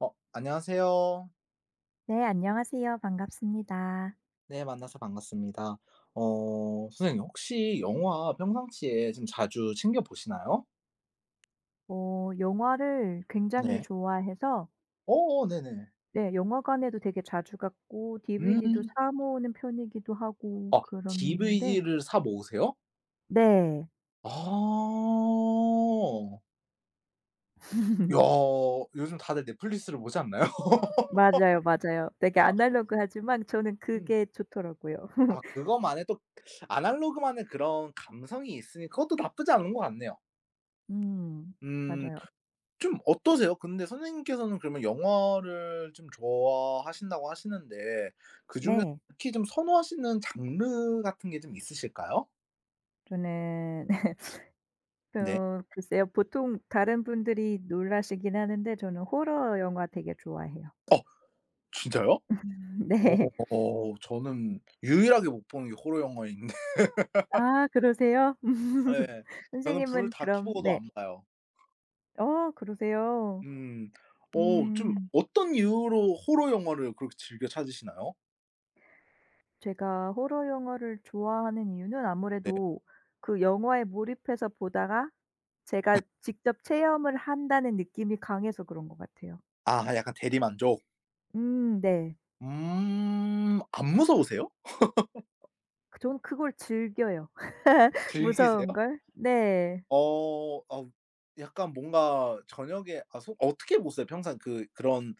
안녕하세요. 네, 안녕하세요. 반갑습니다. 네, 만나서 반갑습니다. 선생님, 혹시 영화 평상시에 좀 자주 챙겨 보시나요? 영화를 굉장히 네. 좋아해서 네네. 네, 영화관에도 되게 자주 갔고 DVD도 음. 사 모으는 편이기도 하고 아, 그런데 DVD를 사 모으세요? 네. 아. 야, 요즘 다들 넷플릭스를 보지 않나요? 맞아요, 맞아요. 되게 아, 아날로그하지만 저는 음. 그게 좋더라고요. 아, 그것만의 또 아날로그만의 그런 감성이 있으니 그것도 나쁘지 않은 것 같네요. 음 음. 맞아요. 좀 어떠세요? 근데 선생님께서는 그러면 영화를 좀 좋아하신다고 하시는데 그중에서 네. 특히 좀 선호하시는 장르 같은 게 좀 있으실까요? 저는 네. 글쎄요. 보통 다른 분들이 놀라시긴 하는데 저는 호러 영화 되게 좋아해요. 어 진짜요? 네. 저는 유일하게 못 보는 게 호러 영화인데 아, 그러세요? 예. 저는 불 선생님은 다 그럼 켜고도 네. 안 봐요. 어 그러세요? 음. 좀 음. 어떤 이유로 호러 영화를 그렇게 즐겨 찾으시나요? 제가 호러 영화를 좋아하는 이유는 네. 아무래도 그 영화에 몰입해서 보다가 제가 직접 체험을 한다는 느낌이 강해서 그런 것 같아요. 아 약간 대리만족. 네. 음. 안 무서우세요? 그 저는 그걸 즐겨요. 즐기세요? 무서운 걸. 네. 어 아 약간 뭔가 저녁에 아 소 어떻게 보세요? 평상 그런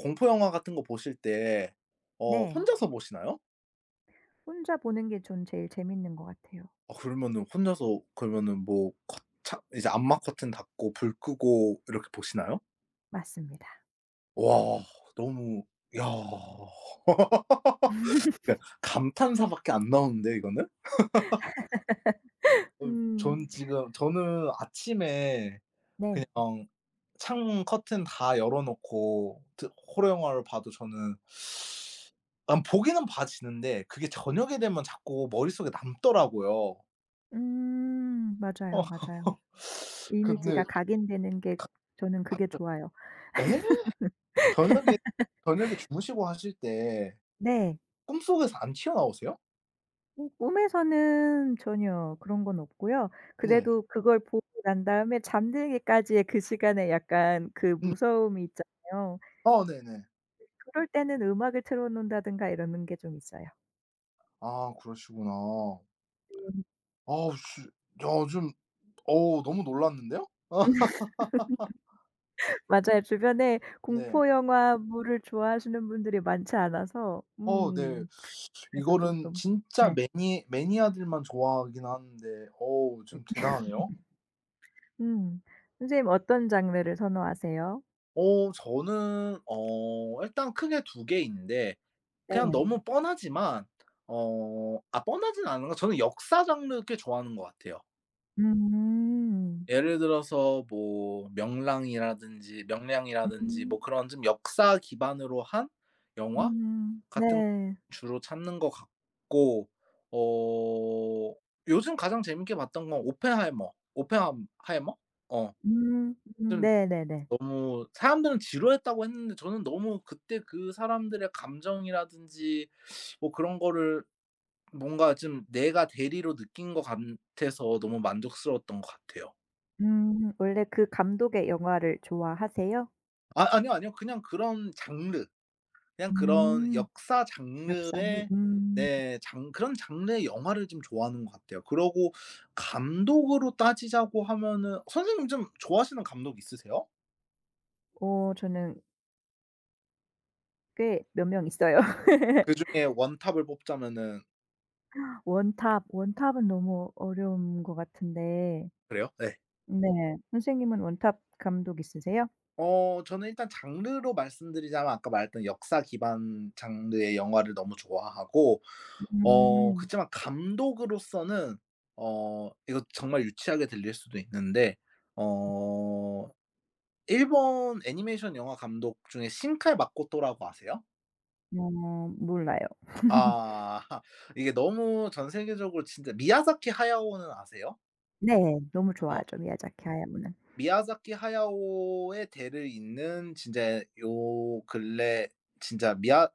공포 영화 같은 거 보실 때 네. 혼자서 보시나요? 혼자 보는 게 전 제일 재밌는 것 같아요. 아 그러면은 혼자서 그러면은 뭐 커 창 이제 암막 커튼 닫고 불 끄고 이렇게 보시나요? 맞습니다. 와 너무 야. 그러니까 감탄사밖에 안 나오는데 이거는? 어 음. 전 지금 저는 아침에 네. 그냥 창문 커튼 다 열어 놓고 드 호러 영화를 봐도 저는 난 보기는 봐지는데 그게 저녁에 되면 자꾸 머릿속에 남더라고요. 음. 어 맞아요, 맞아요. 이미지가 근데 각인되는 게 저는 맞 그게 아 좋아요. 저녁에 주무시고 하실 때 네. 꿈속에서 안 튀어나오세요? 음, 꿈에서는 전혀 그런 건 없고요. 네. 그래도 그걸 보고 난 다음에 잠들기까지의 그 시간에 약간 그 음. 무서움이 있잖아요. 아 네네. 그럴 때는 음악을 틀어 놓는다든가 이러는 게 좀 있어요. 아 그러시구나. 네. 아우 씨 야 좀 어우 너무 놀랐는데요? 아 맞아요. 주변에 네. 공포 영화물을 좋아하시는 분들이 많지 않아서 어 네. 음, 그래서 이거는 쪼끔 진짜 네. 매니아들만 좋아하긴 하는데 어우 좀 대단하네요. 음. 선생님 어떤 장르를 선호하세요? 어 저는 어 일단 크게 두 개인데 그냥 네. 너무 뻔하지만 어 아 뻔하진 않은 가 저는 역사 장르 꽤 좋아하는 것 같아요. 음. 예를 들어서 뭐 명랑이라든지 명량이라든지 음. 뭐 그런 좀 역사 기반으로 한 영화? 음. 같은 네. 주로 찾는 것 같고 어 요즘 가장 재밌게 봤던 건 오펜하이머? 어. 음. 음. 좀 네네네. 너무 사람들은 지루했다고 했는데 저는 너무 그때 그 사람들의 감정이라든지 뭐 그런 거를 뭔가 좀 내가 대리로 느낀 것 같아서 너무 만족스러웠던 것 같아요. 음. 원래 그 감독의 영화를 좋아하세요? 아 아니요, 아니요. 그냥 그런 장르. 그냥 그런 음. 역사 역사는 장르의 네 장 그런 장르의 영화를 좀 좋아하는 것 같아요. 그러고 감독으로 따지자고 하면은 선생님 좀 좋아하시는 감독 있으세요? 저는 꽤 몇 명 있어요. 그중에 원탑을 뽑자면은 원탑, 원탑은 너무 어려운 것 같은데. 그래요? 네. 네. 선생님은 원탑 감독 있으세요? 저는 일단 장르로 말씀드리자면 아까 말했던 역사 기반 장르의 영화를 너무 좋아하고 어그 음. 지만 감독으로서는 이거 정말 유치하게 들릴 수도 있는데 어 일본 애니메이션 영화 감독 중에 신칼 마코토라고 아세요? 어 몰라요. 아 이게 너무 전 세계적으로 진짜 미야자키 하야오는 아세요? 네. 너무 어 좋아하죠, 미야자키 하야오는. 미야자키 하야오의 대를 잇는 진짜 요 근래 진짜 미야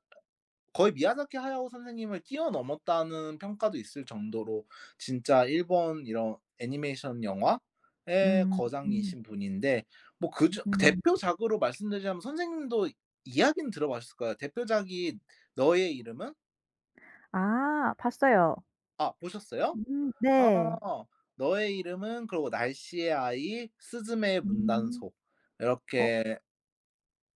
거의 미야자키 하야오 선생님을 뛰어넘었다는 평가도 있을 정도로 진짜 일본 이런 애니메이션 영화의 음. 음. 거장이신 분인데 뭐 그중 음. 대표작으로 말씀드리자면 선생님도 이야기는 들어봤을 거예요. 대표작이 너의 이름은 아 봤어요. 아 보셨어요? 아. 네. 너의 이름은 그리고 날씨의 아이, 스즈메의 음. 문단속 어 이렇게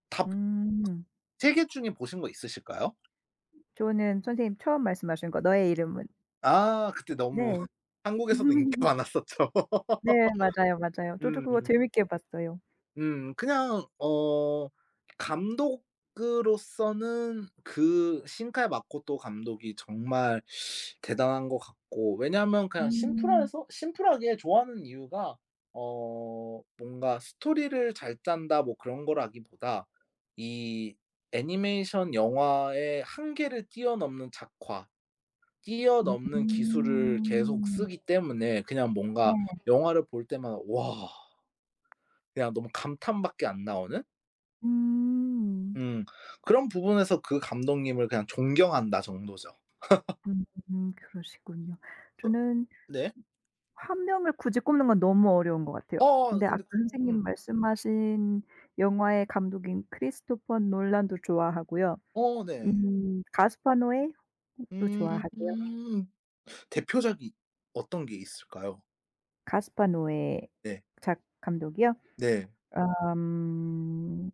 다 음. 3 개 중에 보신 거 있으실까요? 저는 선생님 처음 말씀하신 거 너의 이름은. 아 그때 너무 네. 한국에서도 인기가 많았었죠. 네 맞아요, 맞아요. 저도 그거 음. 재밌게 봤어요. 음. 그냥 어 감독으로서는 그 신카이 마코토 감독이 정말 대단한 것 같고 왜냐하면 그냥 음. 심플해서 심플하게 좋아하는 이유가 뭔가 '스토리를 잘 짠다.' 뭐 그런 거라기보다 이 애니메이션 영화의 한계를 뛰어넘는 작화 음. 뛰어넘는 기술을 계속 음. 쓰기 때문에 그냥 네. 뭔가 영화를 볼 때마다 와 그냥 너무 감탄밖에 안 나오는 음. 음 그런 부분에서 그 감독님을 그냥 존경한다 정도죠. 음, 그러시군요. 저는 네. 한 명을 굳이 꼽는 건 너무 어려운 것 같아요. 어 근데 아까 근데 그 선생님 음. 말씀하신 영화의 감독인 크리스토퍼 놀란도 좋아하고요. 어 네. 음, 가스파 노에도 음 좋아하고요. 음, 대표작이 어떤 게 있을까요? 가스파 노에 네. 작 감독이요? 네. 음.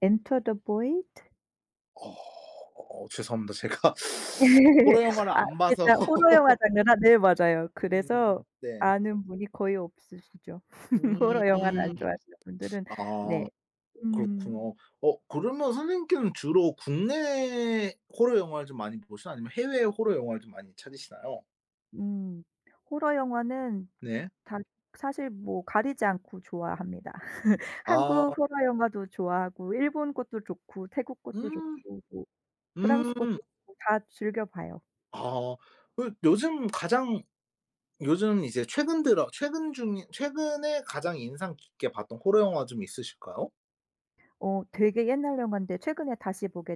엔터 더보이 어 죄송합니다. 제가 i 호러 영화를 아 안 이게 봐서 다 호러 영화 장르라 네 맞아요. 음 그래서 네. 아는 분이 거의 없으시죠. 호러 영화를 음. 안 좋아하시는 분들은. 아. 네. 음. 그렇구나. 그러면 선생님께는 주로 국내 호러 영화를 좀 많이 보시나요? 아니면 해외 호러 영화를 좀 많이 찾으시나요? 음. 호러 영화는 네. 다 사실 뭐 가리지 않고 좋아합니다. 아. 한국 호러 영화도 좋아하고 일본 것도 좋고 태국 것도 음. 좋고 뭐 프랑스 것도 음. 좋고 다 즐겨 봐요. 아. 그 요즘 가장 요즘 이제 최근 들어 최근 중에 최근에 가장 인상 깊게 봤던 호러 영화 좀 있으실까요? 어 되게 옛날 영화인데 최근에 다시 보게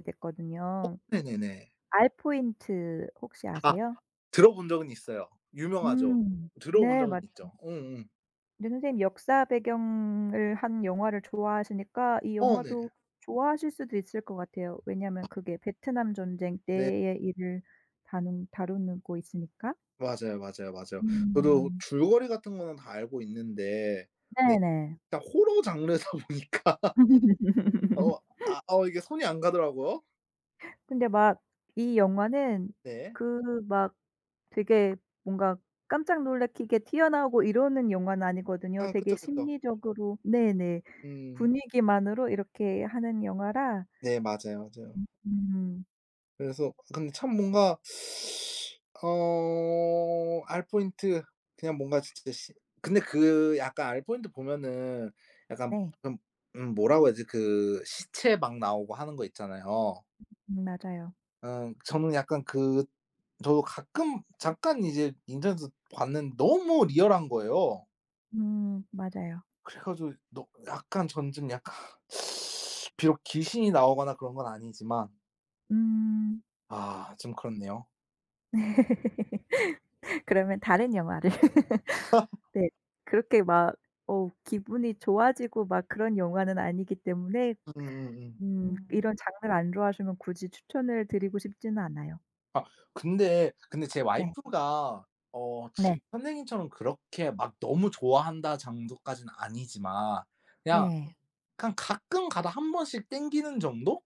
어 됐거든요. 네네네. 알포인트 혹시 아 아세요? 들어본 적은 있어요. 유명하죠. 음. 들어본 네 적은 맞아요. 있죠. 음음. 근데 선생님 역사 배경을 한 영화를 좋아하시니까 이 어 네. 영화도 좋아하실 수도 있을 것 같아요. 왜냐면 하 그게 베트남 전쟁 네. 때의 일을 다룬 다루고 있으니까. 맞아요, 맞아요, 맞아요. 저도 음. 줄거리 같은 거는 다 알고 있는데 네 네네. 일단 호러 장르다 보니까 어 이게 손이 안 가더라고요. 근데 막 이 영화는 네. 그막 되게 뭔가 깜짝 놀래키게 튀어나오고 이러는 영화는 아니거든요. 아 되게 그쵸, 그쵸. 심리적으로 네네. 음. 분위기만으로 이렇게 하는 영화라 네 맞아요, 맞아요. 음. 그래서 근데 참 뭔가 어 알포인트 그냥 뭔가 진짜 시 근데 그 약간 알포인트 보면은 약간 네. 좀 뭐라고 해야지 그 시체 막 나오고 하는 거 있잖아요. 맞아요. 어 저는 약간 그 저도 가끔 잠깐 이제 인터넷에서 봤는데 너무 리얼한 거예요. 맞아요. 그래 가지고 너 약간 전 좀 약간 비록 귀신이 나오거나 그런 건 아니지만 음. 아 좀 그렇네요. 그러면 다른 영화를. 네. 그렇게 막 어 기분이 좋아지고 막 그런 영화는 아니기 때문에 음, 음. 이런 장르를 안 좋아하시면 굳이 추천을 드리고 싶지는 않아요. 아 근데 제 네. 와이프가 어 지 네. 선생님처럼 그렇게 막 너무 좋아한다 정도까지는 아니지만 그냥 네. 네. 그냥 가끔 가다 한 번씩 땡기는 정도로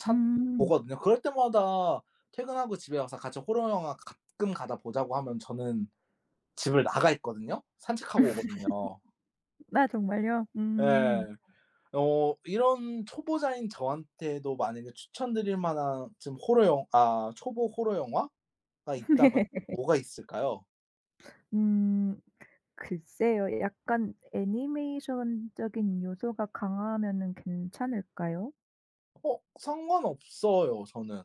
찾 음. 보거든요. 그럴 때마다 퇴근하고 집에 와서 같이 호러 영화 가끔 가다 보자고 하면 저는 집을 나가 있거든요. 산책하고 오거든요. 아 정말요? 예. 음. 이런 초보자인 저한테도 만약에 추천드릴 만한 지금 호러 영 아 초보 호러 영화 가 있다면 네. 뭐가 있을까요? 음. 글쎄요. 약간 애니메이션적인 요소가 강하면은 괜찮을까요? 어 상관없어요 저는.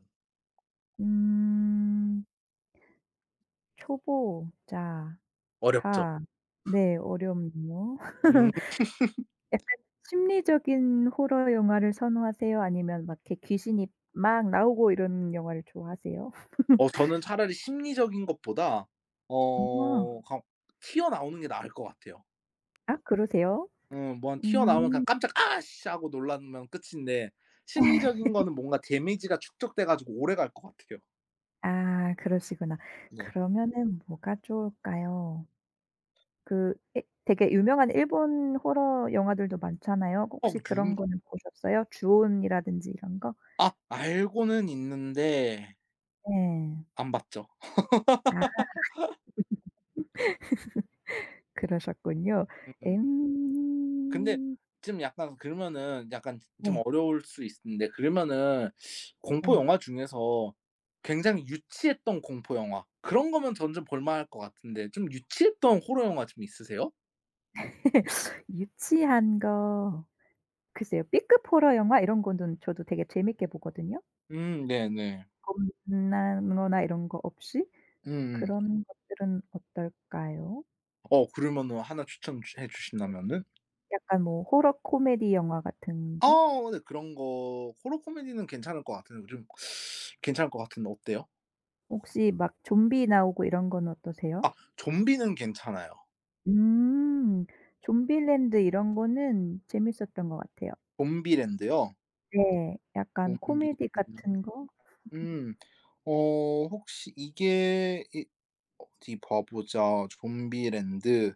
음. 초보자 어렵죠. 하. 네. 어렵네요. 음. 약간 심리적인 호러 영화를 선호하세요? 아니면 막 이렇게 귀신이 막 나오고 이런 영화를 좋아하세요? 저는 차라리 심리적인 것보다 아. 그냥 튀어나오는 게 나을 것 같아요. 아 그러세요? 뭐 한 튀어나오면 그냥 음. 깜짝 '아씨.' 하고 놀라면 끝인데 심리적인 거는 뭔가 데미지가 축적돼 가지고 오래 갈 것 같아요. 아 그러시구나. 네. 그러면은 뭐가 좋을까요? 그 예 되게 유명한 일본 호러 영화들도 많잖아요. 어 혹시 그런 유 거는 보셨어요? 주온이라든지 이런 거? 아 알고는 있는데 네. 안 봤죠. 아 그러셨군요. 음. 근데 음. 좀 약간 그러면은 약간 좀 네 어려울 수 있는데 그러면은 공포 네. 영화 중에서 굉장히 유치했던 공포 영화 그런 거면 점점 볼 만할 것 같은데 좀 유치했던 호러 영화 좀 있으세요? 유치한 거 글쎄요. B급 호러 영화 이런 거는 저도 되게 재밌게 보거든요. 네네. 겁나거나 이런 거 없이. 음음. 그런 것들은 어떨까요? 그러면은 나 추천해 주신다면은? 약간 뭐 호러 코미디 영화 같은 아 거? 어네 그런 거 호러 코미디는 괜찮을 것 같은데 어때요? 혹시 막 좀비 나오고 이런 건 어떠세요? 아 좀비는 괜찮아요. 음. 좀비랜드 이런 거는 재밌었던 것 같아요. 좀비랜드요? 네. 약간 코미디 좀비랜드. 같은 거. 음. 어 혹시 이게 이 어디 봐 보자. 좀비랜드.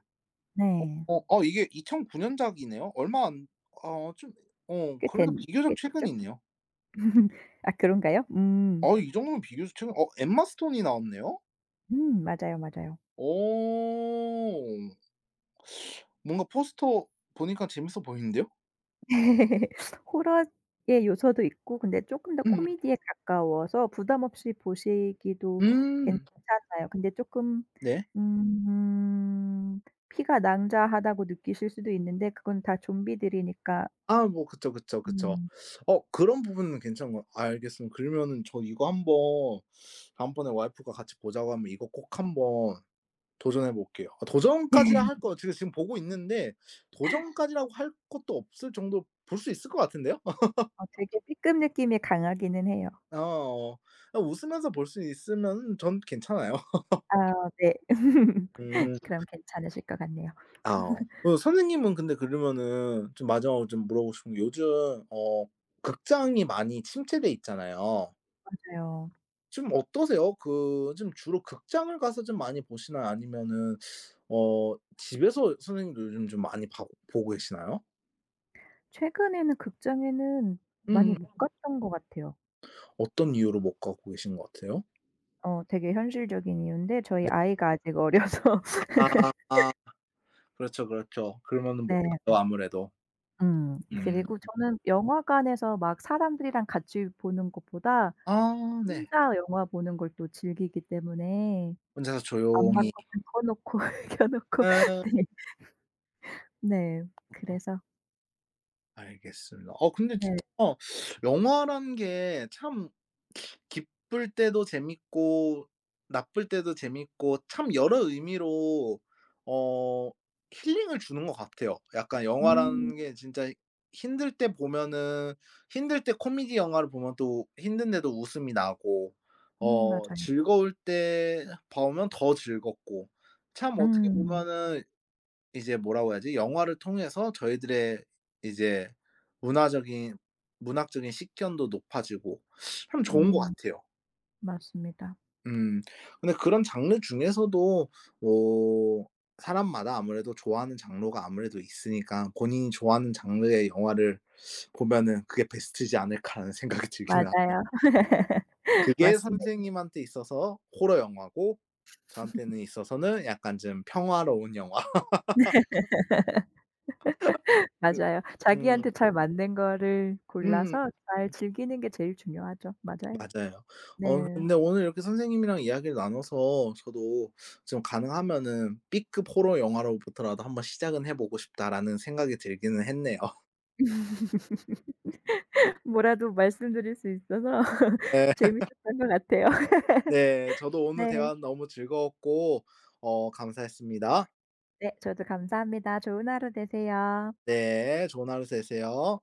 네. 이게 2009 년작이네요. 얼마 안 어 좀 어 꽤 그래도 된 꽤 비교적 됐죠? 최근이네요. 아 그런가요? 음. 이 정도면 비교적 최근 어 엠마 스톤이 나왔네요? 맞아요, 맞아요. 오.. 뭔가 포스터 보니까 재밌어 보이는데요? 호러의 요소도 있고 근데 쪼끔 더 음. 코미디에 가까워서 부담 없이 보시기도 음. 괜찮아요. 근데 쪼끔 네. 음, 피가 낭자하다고 느끼실 수도 있는데 그건 다 좀비들이니까 아 뭐 그쵸, 그쵸, 그쵸. 음. 그런 부분은 괜찮은 거 알겠습니다. 그러면은 저 이거 한번 다음번에 와이프가 같이 보자고 하면 이거 꼭 한번 도전해 볼게요. 아 도전까지 할 거 지금 지금 보고 있는데 도전까지라고 할 것도 없을 정도로 볼 수 있을 것 같은데요? 어 되게 삐끔 느낌이 강하기는 해요. 어. 어. 웃으면서 볼 수 있으면 전 괜찮아요. 아 네. 음. 그럼 괜찮으실 것 같네요. 아. 어. 선생님은 근데 그러면은 좀 마지막으로 좀 물어보고 싶은 게 요즘 어 극장이 많이 침체돼 있잖아요. 맞아요. 좀 어떠세요? 그 좀 주로 극장을 가서 좀 많이 보시나요? 아니면은 집에서 선생님도 요즘 좀 많이 봐 보고 계시나요? 최근에는 극장에는 음 많이 못 갔던 것 같아요. 어떤 이유로 못 가고 계신 것 같아요? 어 되게 현실적인 이유인데 저희 네. 아이가 아직 어려서 아 그렇죠, 그렇죠. 그러면은 못 네. 가죠 아무래도. 음. 음. 그리고 저는 영화관에서 막 사람들이랑 같이 보는 것보다 아 네. 혼자 영화 보는 걸 또 즐기기 때문에 혼자서 조용히 암막커튼 꺼 놓고 켜 놓고 아. 네. 네. 그래서 알겠습니다. 근데 네. 진짜 영화라는 게 참 기쁠 때도 재밌고 나쁠 때도 재밌고 참 여러 의미로 어 힐링을 주는 것 같아요. 약간 음. 영화라는 게 진짜 힘들 때 보면은 힘들 때 코미디 영화를 보면 또 힘든데도 웃음이 나고 맞아요. 즐거울 때 보면 더 즐겁고 참 어떻게 음. 보면은 이제 뭐라고 해야지? 영화를 통해서 저희들의 이제 문화적인 문학적인 식견도 높아지고 참 좋은 것 음 같아요. 맞습니다. 음. 근데 그런 장르 중에서도 뭐 사람마다 아무래도 좋아하는 장르가 아무래도 있으니까 본인이 좋아하는 장르의 영화를 보면은 '그게 베스트지 않을까.'라는 생각이 들기는 하네요. 맞아요. 그게 맞습니다. 선생님한테 있어서 호러 영화고 저한테는 있어서는 약간 좀 평화로운 영화. 그 맞아요. 음. 자기한테 잘 맞는 거를 음. 골라서 잘 즐기는 게 제일 중요하죠. 맞아요. 맞아요. 네. 근데 오늘 이렇게 선생님이랑 이야기를 나눠서 저도 좀 가능하면은 'B급 호러 영화로부터라도 한번 시작은 해 보고 싶다.'라는 생각이 들기는 했네요. 뭐라도 말씀드릴 수 있어서 네. 재밌었던 것 같아요. 네. 저도 오늘 네. 대화 너무 즐거웠고 감사했습니다. 네 저도 감사합니다. 좋은 하루 되세요. 네. 좋은 하루 되세요.